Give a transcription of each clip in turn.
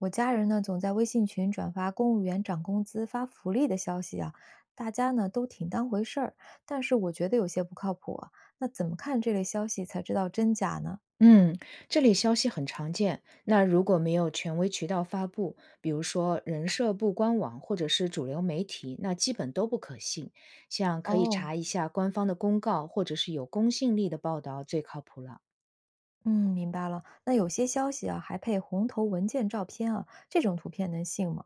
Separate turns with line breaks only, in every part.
我家人呢总在微信群转发公务员涨工资、发福利的消息啊，大家呢都挺当回事儿，但是我觉得有些不靠谱啊。那怎么看这类消息才知道真假呢？
嗯，这类消息很常见。那如果没有权威渠道发布，比如说人社部官网或者是主流媒体，那基本都不可信。像可以
哦，
查一下官方的公告，或者是有公信力的报道最靠谱了。
嗯，明白了。那有些消息啊还配红头文件照片啊，这种图片能信吗？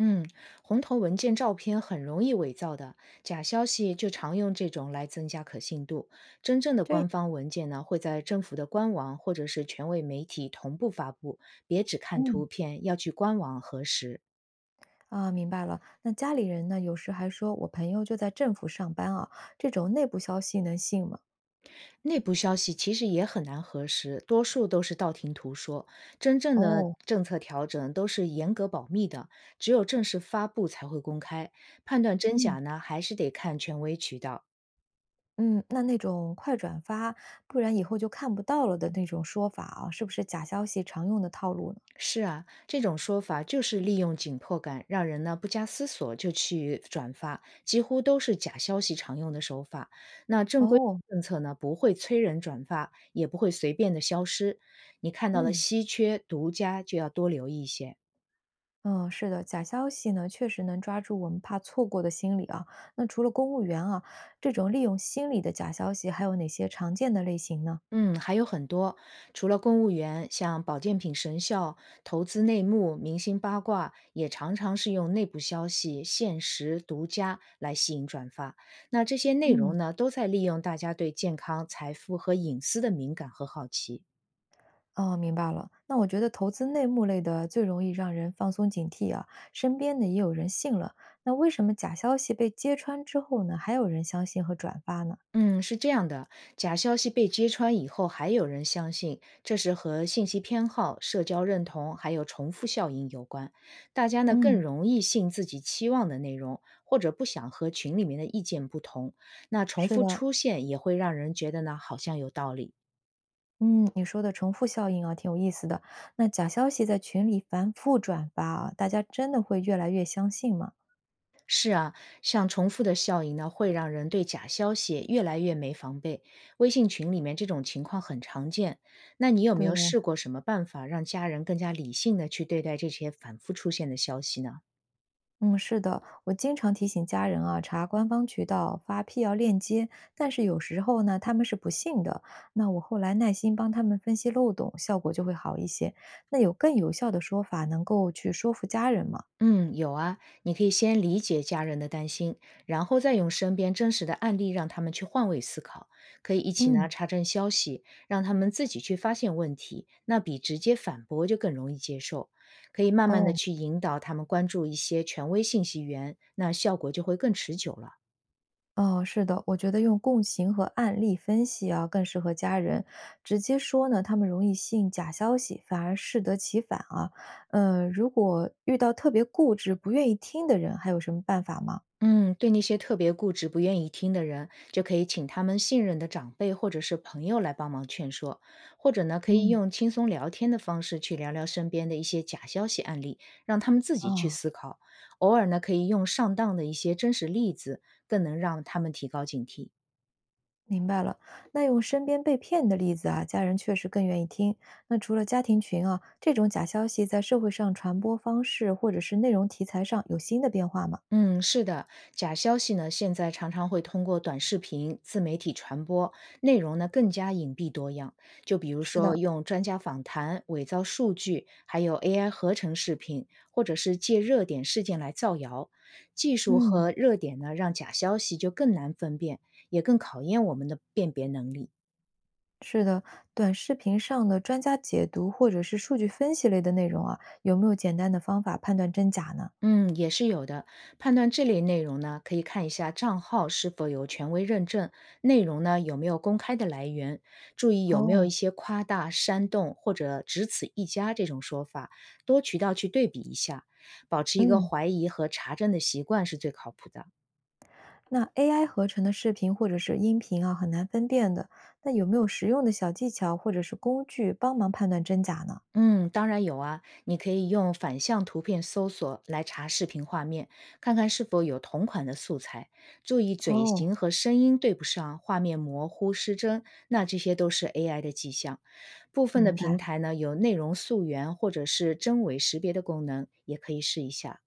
嗯，红头文件照片很容易伪造的，假消息就常用这种来增加可信度。真正的
这，
官方文件呢，会在政府的官网或者是权威媒体同步发布，别只看
嗯。
图片，要去官网核实。
啊，明白了。那家里人呢？有时还说我朋友就在政府上班啊，这种内部消息能信吗？
内部消息其实也很难核实，多数都是道听途说。真正的
哦，
政策调整都是严格保密的，只有正式发布才会公开。判断真
嗯，
假呢，还是得看权威渠道。
嗯，那那种快转发，不然以后就看不到了的那种说法啊，是不是假消息常用的套路呢？
是啊，这种说法就是利用紧迫感，让人呢不加思索就去转发，几乎都是假消息常用的手法。那正规
哦，
政策呢，不会催人转发，也不会随便的消失。你看到了
嗯
稀缺、独家，就要多留意一些。
嗯是的，假消息呢，确实能抓住我们怕错过的心理啊。那除了公务员啊，这种利用心理的假消息，还有哪些常见的类型呢？
嗯，还有很多，除了公务员，像保健品神效、投资内幕、明星八卦，也常常是用内部消息、限时、独家来吸引转发。那这些内
嗯，
容呢，都在利用大家对健康、财富和隐私的敏感和好奇。
哦，明白了。那我觉得投资内幕类的最容易让人放松警惕啊，身边的也有人信了。那为什么假消息被揭穿之后呢，还有人相信和转发呢？
嗯，是这样的，假消息被揭穿以后，还有人相信，这是和信息偏好、社交认同还有重复效应有关。大家呢更
嗯，
容易信自己期望的内容，或者不想和群里面的意见不同。那重
是
复
的，
出现也会让人觉得呢好像有道理。
嗯，你说的重复效应啊，挺有意思的。那假消息在群里反复转发啊，大家真的会越来越相信吗？
是啊，像重复的效应呢，会让人对假消息越来越没防备。微信群里面这种情况很常见。那你有没有
对，
试过什么办法让家人更加理性的去对待这些反复出现的消息呢？
嗯，是的，我经常提醒家人啊，查官方渠道、发辟谣链接，但是有时候呢，他们是不信的。那我后来耐心帮他们分析漏洞，效果就会好一些。那有更有效的说法，能够去说服家人吗？
嗯，有啊，你可以先理解家人的担心，然后再用身边真实的案例让他们去换位思考，可以一起呢
嗯，
查证消息，让他们自己去发现问题，那比直接反驳就更容易接受。可以慢慢的
哦。
去引导他们关注一些权威信息源，那效果就会更持久了。
哦，是的，我觉得用共情和案例分析啊，更适合家人。直接说呢，他们容易信假消息，反而适得其反啊。嗯，如果遇到特别固执、不愿意听的人，还有什么办法吗？
嗯，对那些特别固执、不愿意听的人，就可以请他们信任的长辈或者是朋友来帮忙劝说，或者呢，可以
嗯，
用轻松聊天的方式去聊聊身边的一些假消息案例，让他们自己去
哦，
思考。偶尔呢，可以用上当的一些真实例子，更能让他们提高警惕。
明白了。那用身边被骗的例子啊，家人确实更愿意听。那除了家庭群啊，这种假消息在社会上传播方式或者是内容题材上有新的变化吗？
嗯，是的，假消息呢，现在常常会通过短视频、自媒体传播，内容呢更加隐蔽多样。就比如
是
说
的，
用专家访谈、伪造数据，还有 AI 合成视频，或者是借热点事件来造谣。技术
嗯。
和热点呢，让假消息就更难分辨，也更考验我们的辨别能力。
是的，短视频上的专家解读或者是数据分析类的内容啊，有没有简单的方法判断真假呢？
嗯，也是有的。判断这类内容呢，可以看一下账号是否有权威认证，内容呢有没有公开的来源，注意有没有
哦，
一些夸大、煽动或者只此一家这种说法，多渠道去对比一下，保持一个
嗯，
怀疑和查证的习惯是最靠谱的。
那 AI 合成的视频或者是音频啊，很难分辨的。那有没有实用的小技巧或者是工具帮忙判断真假呢？
嗯，当然有啊，你可以用反向图片搜索来查视频画面，看看是否有同款的素材。注意嘴
哦，
型和声音对不上，画面模糊失真，那这些都是 AI 的迹象。部分的
明
平
白。
台呢有内容溯源或者是真伪识别的功能，也可以试一下。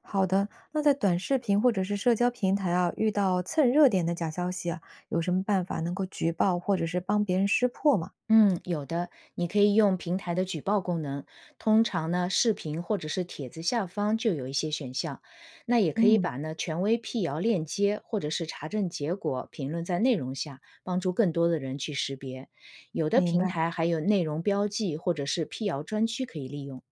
好的，那在短视频或者是社交平台啊，遇到蹭热点的假消息啊，有什么办法能够举报或者是帮别人识破吗？
嗯，有的，你可以用平台的举报功能，通常呢，视频或者是帖子下方就有一些选项。那也可以
嗯，
把呢权威辟谣链接或者是查证结果评论在内容下，帮助更多的人去识别。有的
明
平
白。
台还有内容标记或者是辟谣专区可以利用。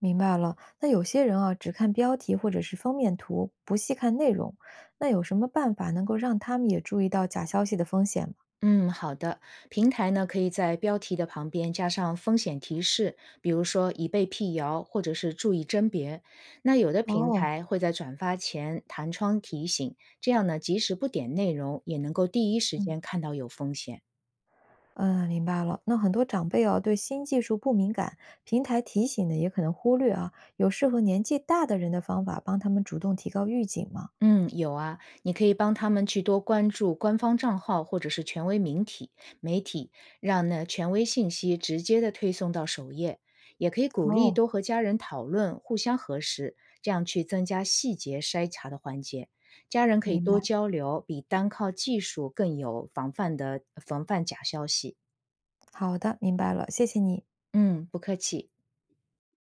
明白了，那有些人啊，只看标题或者是封面图，不细看内容，那有什么办法能够让他们也注意到假消息的风险吗？
嗯，好的。平台呢，可以在标题的旁边加上风险提示，比如说已被辟谣，或者是注意甄别。那有的平
哦，
台会在转发前弹窗提醒，这样呢，即使不点内容，也能够第一时
嗯，
间看到有风险。
嗯，明白了。那很多长辈啊，对新技术不敏感，平台提醒的也可能忽略啊。有适合年纪大的人的方法，帮他们主动提高预警吗？
嗯，有啊，你可以帮他们去多关注官方账号或者是权威名体媒体，让呢权威信息直接的推送到首页。也可以鼓励
哦，
多和家人讨论，互相核实，这样去增加细节筛查的环节。家人可以
明白。
多交流，比单靠技术更有防范的防范假消息。
好的，明白了，谢谢你。
嗯，不客气。